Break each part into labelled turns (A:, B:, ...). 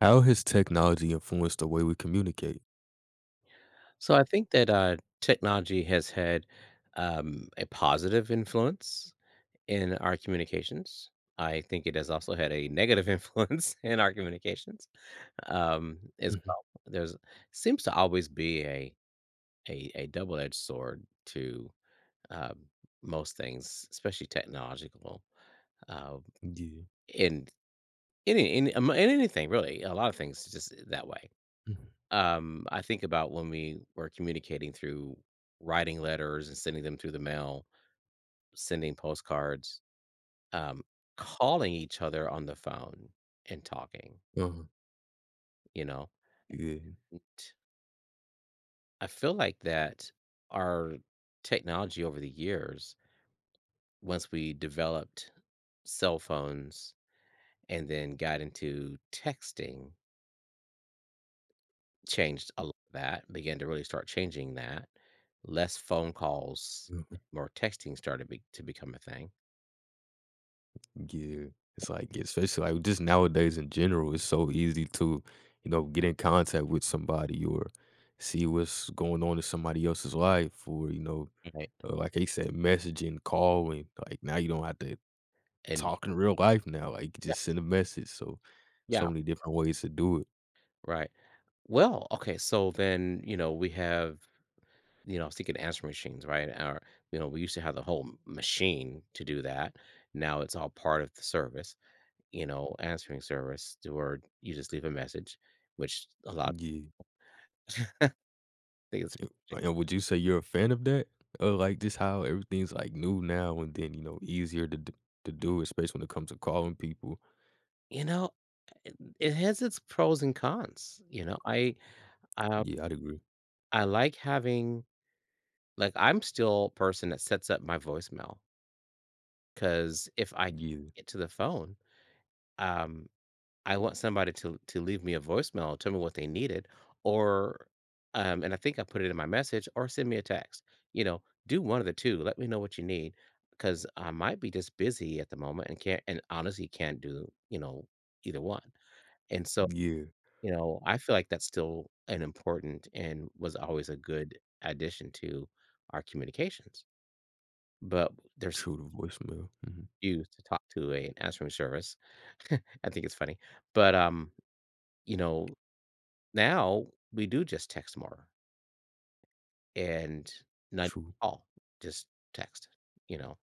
A: How has technology influenced the way we communicate?
B: So I think that technology has had a positive influence in our communications. I think it has also had a negative influence in our communications as
A: Mhm.
B: well. There's seems to always be a double edged sword to um, most things, especially technological, uh,
A: Yeah.
B: in in anything really. A lot of things just that way.
A: Mhm.
B: I think about when we were communicating through writing letters and sending them through the mail, sending postcards, um, calling each other on the phone and talking,
A: Uh-huh.
B: you know?
A: Yeah.
B: And I feel like that our technology over the years, once we developed cell phones and then got into texting, changed a lot of that, began to really start changing that. Less phone calls,
A: Mhm.
B: more texting started be to become a thing.
A: Yeah. It's like, especially like just nowadays in general, it's so easy to, you know, get in contact with somebody or see what's going on in somebody else's life or, you know,
B: Right.
A: like they said, messaging, calling. Like now you don't have to
B: And
A: talk in real life now. Like you
B: yeah,
A: just send a message. So,
B: yeah,
A: so many different ways to do it.
B: right. Well, okay, so then, you know, we have, you know, I was thinking answering machines, right? Or, you know, we used to have the whole m machine to do that. Now it's all part of the service, you know, answering service to where you just leave a message, which a lot of
A: Yeah.
B: things,
A: You and would you say you're a fan of that? Or, like, just how everything's, like, new now and then, you know, easier to d to do, especially when it comes to calling people.
B: you know, it has its pros and cons, you know?
A: Yeah, I'd agree.
B: I like having like, I'm still a person that sets up my voicemail because if I
A: Yeah,
B: get to the phone, um, I want somebody to leave me a voicemail, tell me what they needed, or, and I think I put it in my message, or send me a text, you know, do one of the 2, let me know what you need because I might be just busy at the moment and can't and honestly can't do, you know, either one, and so
A: yeah.
B: you know, I feel like that's still an important and was always a good addition to our communications, but there's
A: True, to voicemail. Mhm.
B: you to talk to an answering service. I think it's funny, but, you know, now we do just text more and not
A: True.
B: call, just text, you know,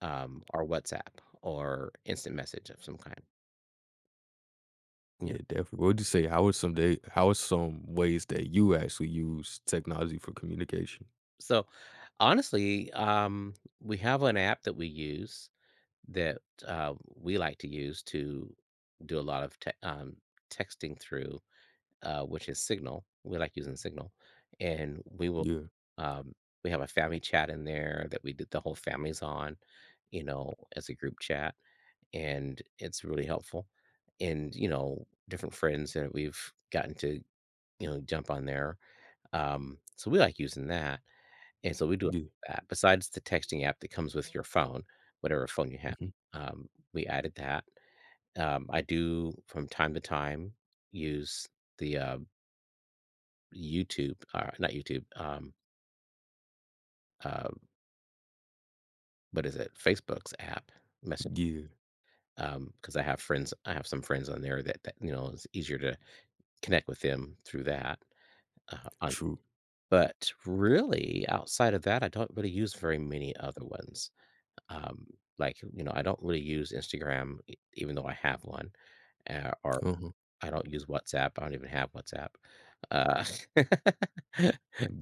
B: or WhatsApp or instant message of some kind, you know?
A: Yeah, definitely. What would you say, how are some day how are some ways that you actually use technology for communication?
B: So, honestly, we have an app that we use that, we like to use to do a lot of te texting through, which is Signal. We like using Signal, and we will,
A: Yeah,
B: um we have a family chat in there that we did the whole family's on, you know, as a group chat, and it's really helpful. And, you know, different friends that we've gotten to, you know, jump on there. So we like using that. And so we do
A: yeah.
B: that. Besides the texting app that comes with your phone, whatever phone you have,
A: Mhm.
B: we added that. I do from time to time use the YouTube, not YouTube, uh, what is it? Facebook's app message
A: Yeah,
B: because I have friends. I have some friends on there that, that you know it's easier to connect with them through that. Uh, on,
A: true.
B: but really, outside of that, I don't really use very many other ones. Um, like, you know, I don't really use Instagram, even though I have one, or
A: Uh-huh.
B: I don't use WhatsApp. I don't even have WhatsApp. Uh,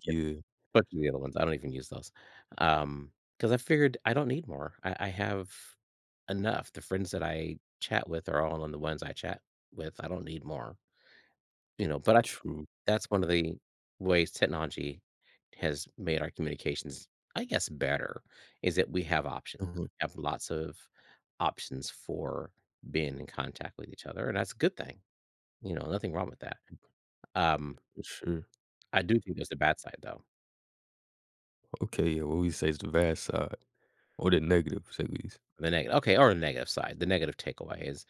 A: Yeah,
B: but the other ones, I don't even use those. Um, because I figured I don't need more. I have enough. The friends that I chat with are all on the ones I chat with. I don't need more. You know, but I think
A: true.
B: that's one of the ways technology has made our communications, I guess, better is that we have options.
A: Uh-huh.
B: We have lots of options for being in contact with each other, and that's a good thing. You know, nothing wrong with that. Um,
A: Sure.
B: I do think there's the bad side though.
A: Okay, yeah, what would you say is the bad side or the negatives, at least?
B: The negative okay, or the negative side. The negative takeaway is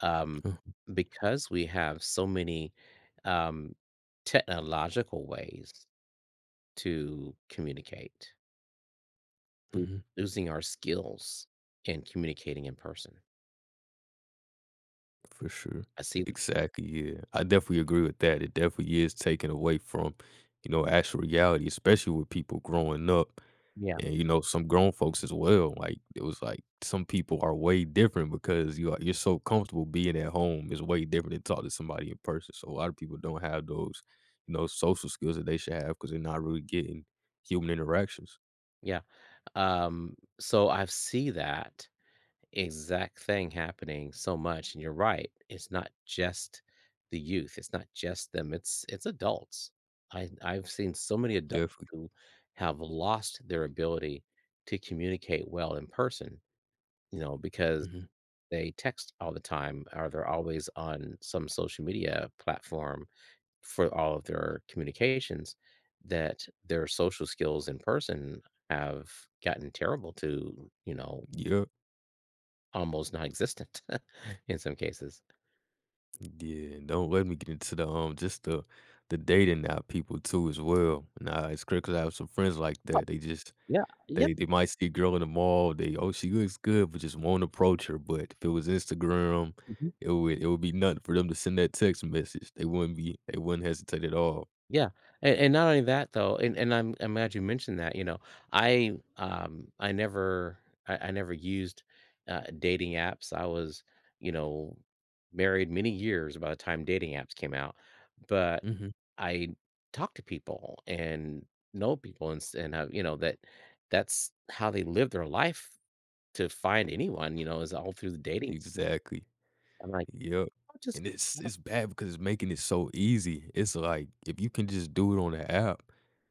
B: um
A: Uh,
B: because we have so many um technological ways to communicate we
A: mhm.
B: losing our skills in communicating in person.
A: For sure.
B: I see th
A: Exactly, yeah. I definitely agree with that. It definitely is taken away from, you know, actual reality, especially with people growing up
B: yeah,
A: and, you know, some grown folks as well. Like, it was like some people are way different because you are, you're so comfortable being at home is way different than talk to somebody in person. So a lot of people don't have those, you know, social skills that they should have because they're not really getting human interactions.
B: yeah, um, so I see that exact thing happening so much, and you're right, it's not just the youth, it's not just them, it's adults. I I've seen so many adults
A: Definitely.
B: who have lost their ability to communicate well in person, you know, because
A: Hmm.
B: they text all the time or they're always on some social media platform for all of their communications that their social skills in person have gotten terrible to, you know,
A: Yeah.
B: almost non-existent in some cases.
A: Yeah, don't let me get into the just the dating app people too as well. Nah, it's crazy 'cause I have some friends like that. They just
B: Yeah, yeah.
A: they might see a girl in the mall. They oh she looks good, but just won't approach her. But if it was Instagram, it would be nothing for them to send that text message. They wouldn't hesitate at all.
B: Yeah, and not only that though, and I'm glad you mentioned that, you know, I never I never used, dating apps. I was, you know, married many years by the time dating apps came out, but
A: Hmm.
B: I talk to people and know people and s and have you know, that that's how they live their life to find anyone, you know, is all through the dating.
A: Exactly.
B: I'm like
A: Yep.
B: I'll just
A: And it's bad because it's making it so easy. It's like if you can just do it on the app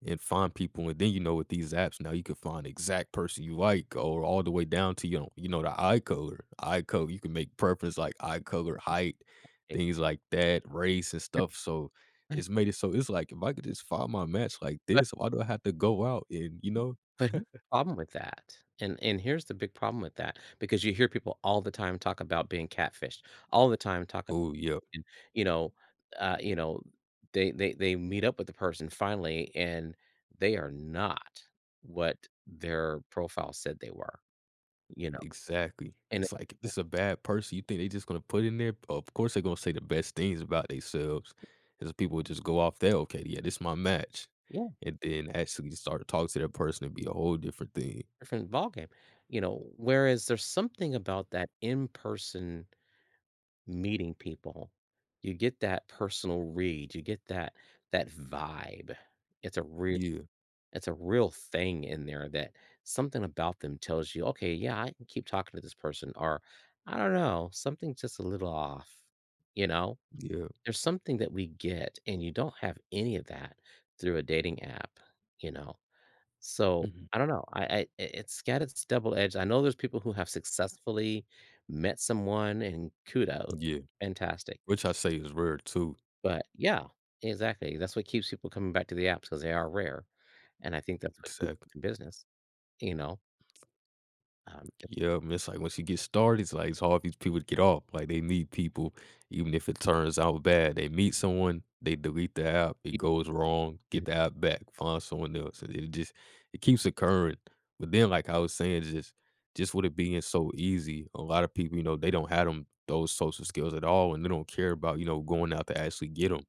A: and find people, and then you know with these apps now you can find the exact person you like, or all the way down to you know the eye color. You can make preference like eye color, height, things like that, race and stuff. So
B: right,
A: it's made it so it's like if I could just find my match like
B: but
A: this, why do I have to go out and you know?
B: but here's the problem with that, and here's the big problem with that, because you hear people all the time talk about being catfished, all the time talk
A: Oh yeah,
B: and, you know, you know, they meet up with the person finally, and they are not what their profile said they were, you know,
A: exactly.
B: and
A: It's
B: it-
A: like if
B: oh,
A: this is a bad person, you think they just gonna put in there? Of course they're gonna say the best things about themselves. Because people would just go off there, okay, yeah, this my match.
B: yeah,
A: And then actually start talking to that person and be a whole different thing.
B: different ball game. You know, whereas there's something about that in-person meeting people, you get that personal read, you get that vibe. It's a real
A: Yeah.
B: It's a real thing in there that something about them tells you, "Okay, yeah, I can keep talking to this person," or, "I don't know, something's just a little off." You know?
A: Yeah.
B: There's something that we get, and you don't have any of that through a dating app, you know? So,
A: Hmm.
B: I don't know, I it's got its double edge. I know there's people who have successfully met someone, and kudos,
A: Yeah.
B: fantastic.
A: Which I say is rare too.
B: But yeah, exactly, that's what keeps people coming back to the apps because they are rare, and I think that's what keeps
A: Exactly.
B: 'em in business, you know? If
A: Yeah, man, it's like once you get started, it's like it's hard for these people to get off. Like they meet people, even if it turns out bad, they meet someone, they delete the app,
B: you
A: it goes wrong,
B: mhm,
A: get the app back, find someone else. And It just it keeps occurring. But then, like I was saying, just with it being so easy, a lot of people, you know, they don't have them those social skills at all, and they don't care about you know going out to actually get them.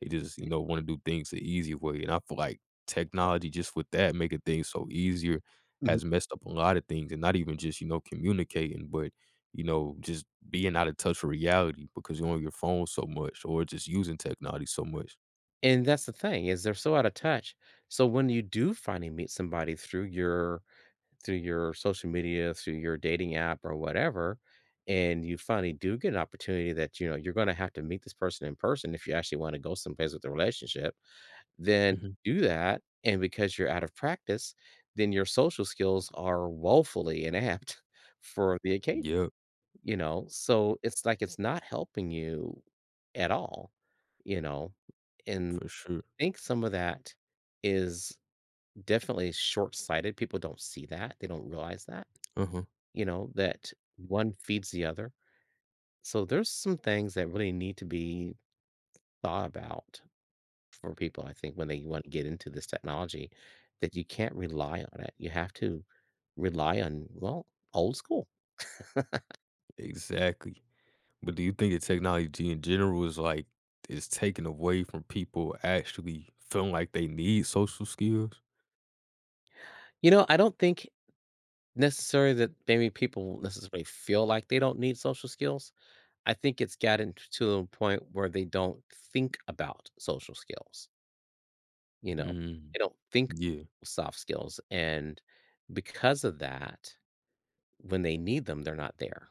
A: They just you know want to do things the easy way, and I feel like technology just with that making things so easier
B: mhm,
A: has messed up a lot of things and not even just, you know, communicating, but, you know, just being out of touch with reality because you're on your phone so much or just using technology so much.
B: and that's the thing is they're so out of touch. So when you do finally meet somebody through your social media, through your dating app or whatever, and you finally do get an opportunity that, you know, you're gonna have to meet this person in person if you actually want to go someplace with the relationship, then
A: Mhm.
B: do that. And because you're out of practice, then your social skills are woefully inapt for the occasion.
A: Yep,
B: You know, so it's like it's not helping you at all, you know, and
A: for sure.
B: I think some of that is definitely short-sighted. People don't see that. They don't realize that,
A: Uh-huh.
B: you know, that one feeds the other. So there's some things that really need to be thought about for people, I think, when they want to get into this technology that you can't rely on it. You have to rely on, well, old school.
A: Exactly. But do you think that technology in general is like is taken away from people actually feeling like they need social skills?
B: You know, I don't think necessary that maybe people won't necessarily feel like they don't need social skills. I think it's gotten t to a point where they don't think about social skills, you know?
A: Mm,
B: They don't think
A: yeah,
B: soft skills, and because of that, when they need them, they're not there,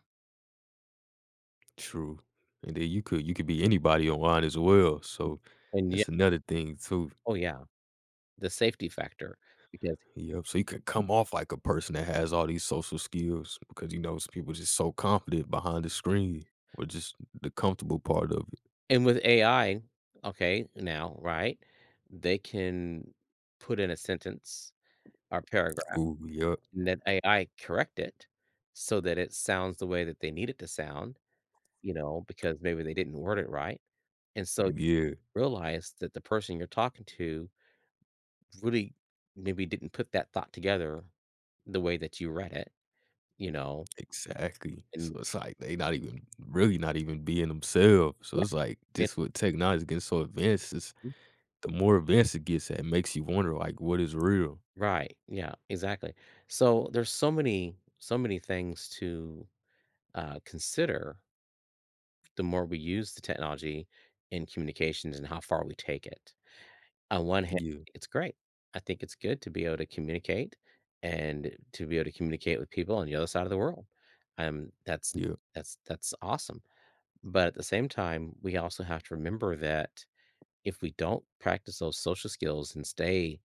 A: true. And then you could be anybody online as well. So
B: and yeah,
A: that's another thing too.
B: oh, yeah, the safety factor, because
A: Yep, so you could come off like a person that has all these social skills because, you know, s people just so confident behind the screen or just the comfortable part of it.
B: and with AI, okay, now, right, they can put in a sentence or paragraph
A: Ooh, yep,
B: and then AI correct it so that it sounds the way that they need it to sound, you know, because maybe they didn't word it right. And so you
A: yeah,
B: realize that the person you're talking to really maybe didn't put that thought together the way that you read it, you know,
A: exactly. So
B: and
A: it's like they not even really not even being themselves. So
B: yeah,
A: it's like
B: it-
A: just with technology getting so advanced, it's
B: mm,
A: the more advanced it gets, that makes you wonder like what is real.
B: right. Yeah, exactly. So there's so many, so many things to consider the more we use the technology in communications and how far we take it. On one hand,
A: Yeah,
B: it's great. I think it's good to be able to communicate and to be able to communicate with people on the other side of the world. Um, that's
A: yeah,
B: that's awesome. But at the same time, we also have to remember that if we don't practice those social skills and stay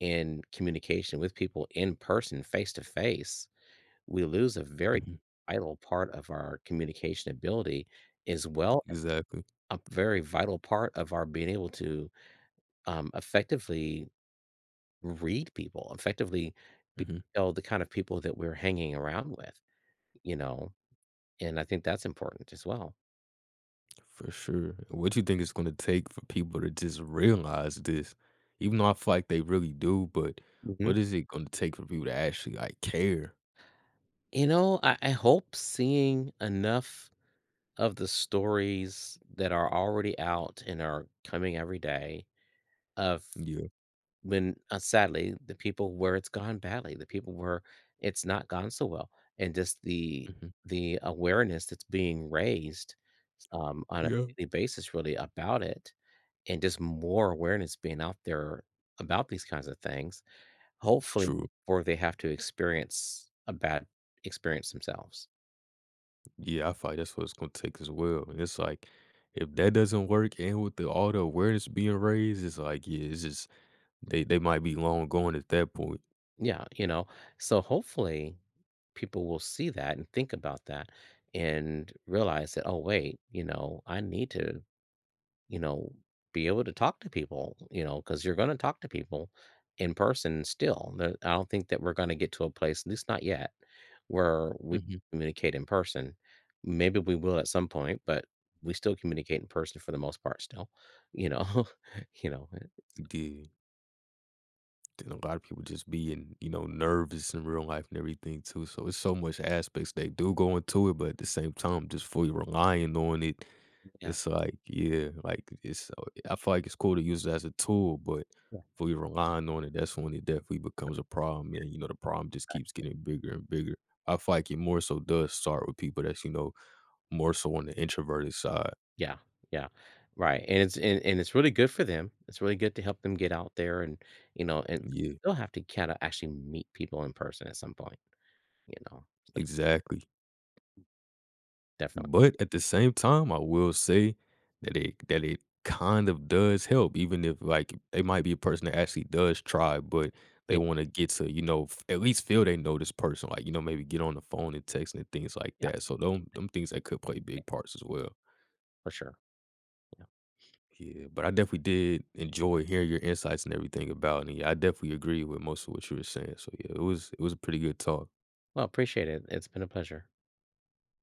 B: in communication with people in person, face to face, we lose a very
A: mhm,
B: vital part of our communication ability, as well
A: exactly,
B: a very vital part of our being able to effectively read people, effectively be
A: mhm.
B: tell the kind of people that we're hanging around with, you know? And I think that's important as well.
A: For sure. What you think it's gonna take for people to just realize this? Even though I feel like they really do, but
B: Mhm.
A: what is it gonna take for people to actually like care?
B: You know, I hope seeing enough of the stories that are already out and are coming every day of
A: Yeah.
B: when sadly the people where it's gone badly, the people where it's not gone so well, and just
A: Mhm.
B: the awareness that's being raised on a
A: Yeah.
B: daily basis really about it and just more awareness being out there about these kinds of things, hopefully,
A: True.
B: before they have to experience a bad experience themselves.
A: Yeah, I feel like that's what it's gonna take as well. And it's like if that doesn't work and with the all the awareness being raised, it's like, yeah, it's just they might be long gone at that point.
B: Yeah, you know, so hopefully people will see that and think about that and realize that, oh, wait, you know, I need to you know, be able to talk to people, you know, because you're going to talk to people in person still. I don't think that we're going to get to a place, at least not yet, where we
A: Hmm.
B: communicate in person. Maybe we will at some point, but we still communicate in person for the most part still, you know, you know, it-
A: Yeah. Then a lot of people just being, you know, nervous in real life and everything too. So it's so much aspects they do go into it, but at the same time, just fully relying on it.
B: yeah,
A: It's like, yeah, like it's. I feel like it's cool to use it as a tool, but
B: yeah,
A: fully relying on it, that's when it definitely becomes a problem, and you know, the problem just keeps getting bigger and bigger. I feel like it more so does start with people that's you know more so on the introverted side.
B: yeah, yeah. Right. And it's really good for them. It's really good to help them get out there and, you know, and
A: Yeah,
B: they'll have to kind of actually meet people in person at some point, you know, like
A: exactly.
B: definitely.
A: But at the same time, I will say that it kind of does help, even if like they might be a person that actually does try, but they
B: Yeah.
A: want to get to, you know, at least feel they know this person, like, you know, maybe get on the phone and text and things like
B: Yeah.
A: that. So them things that could play big parts as well.
B: For sure. Yeah.
A: Yeah. But I definitely did enjoy hearing your insights and everything about it. And yeah, I definitely agree with most of what you were saying. So yeah, it was a pretty good talk.
B: Well, appreciate it. It's been a pleasure.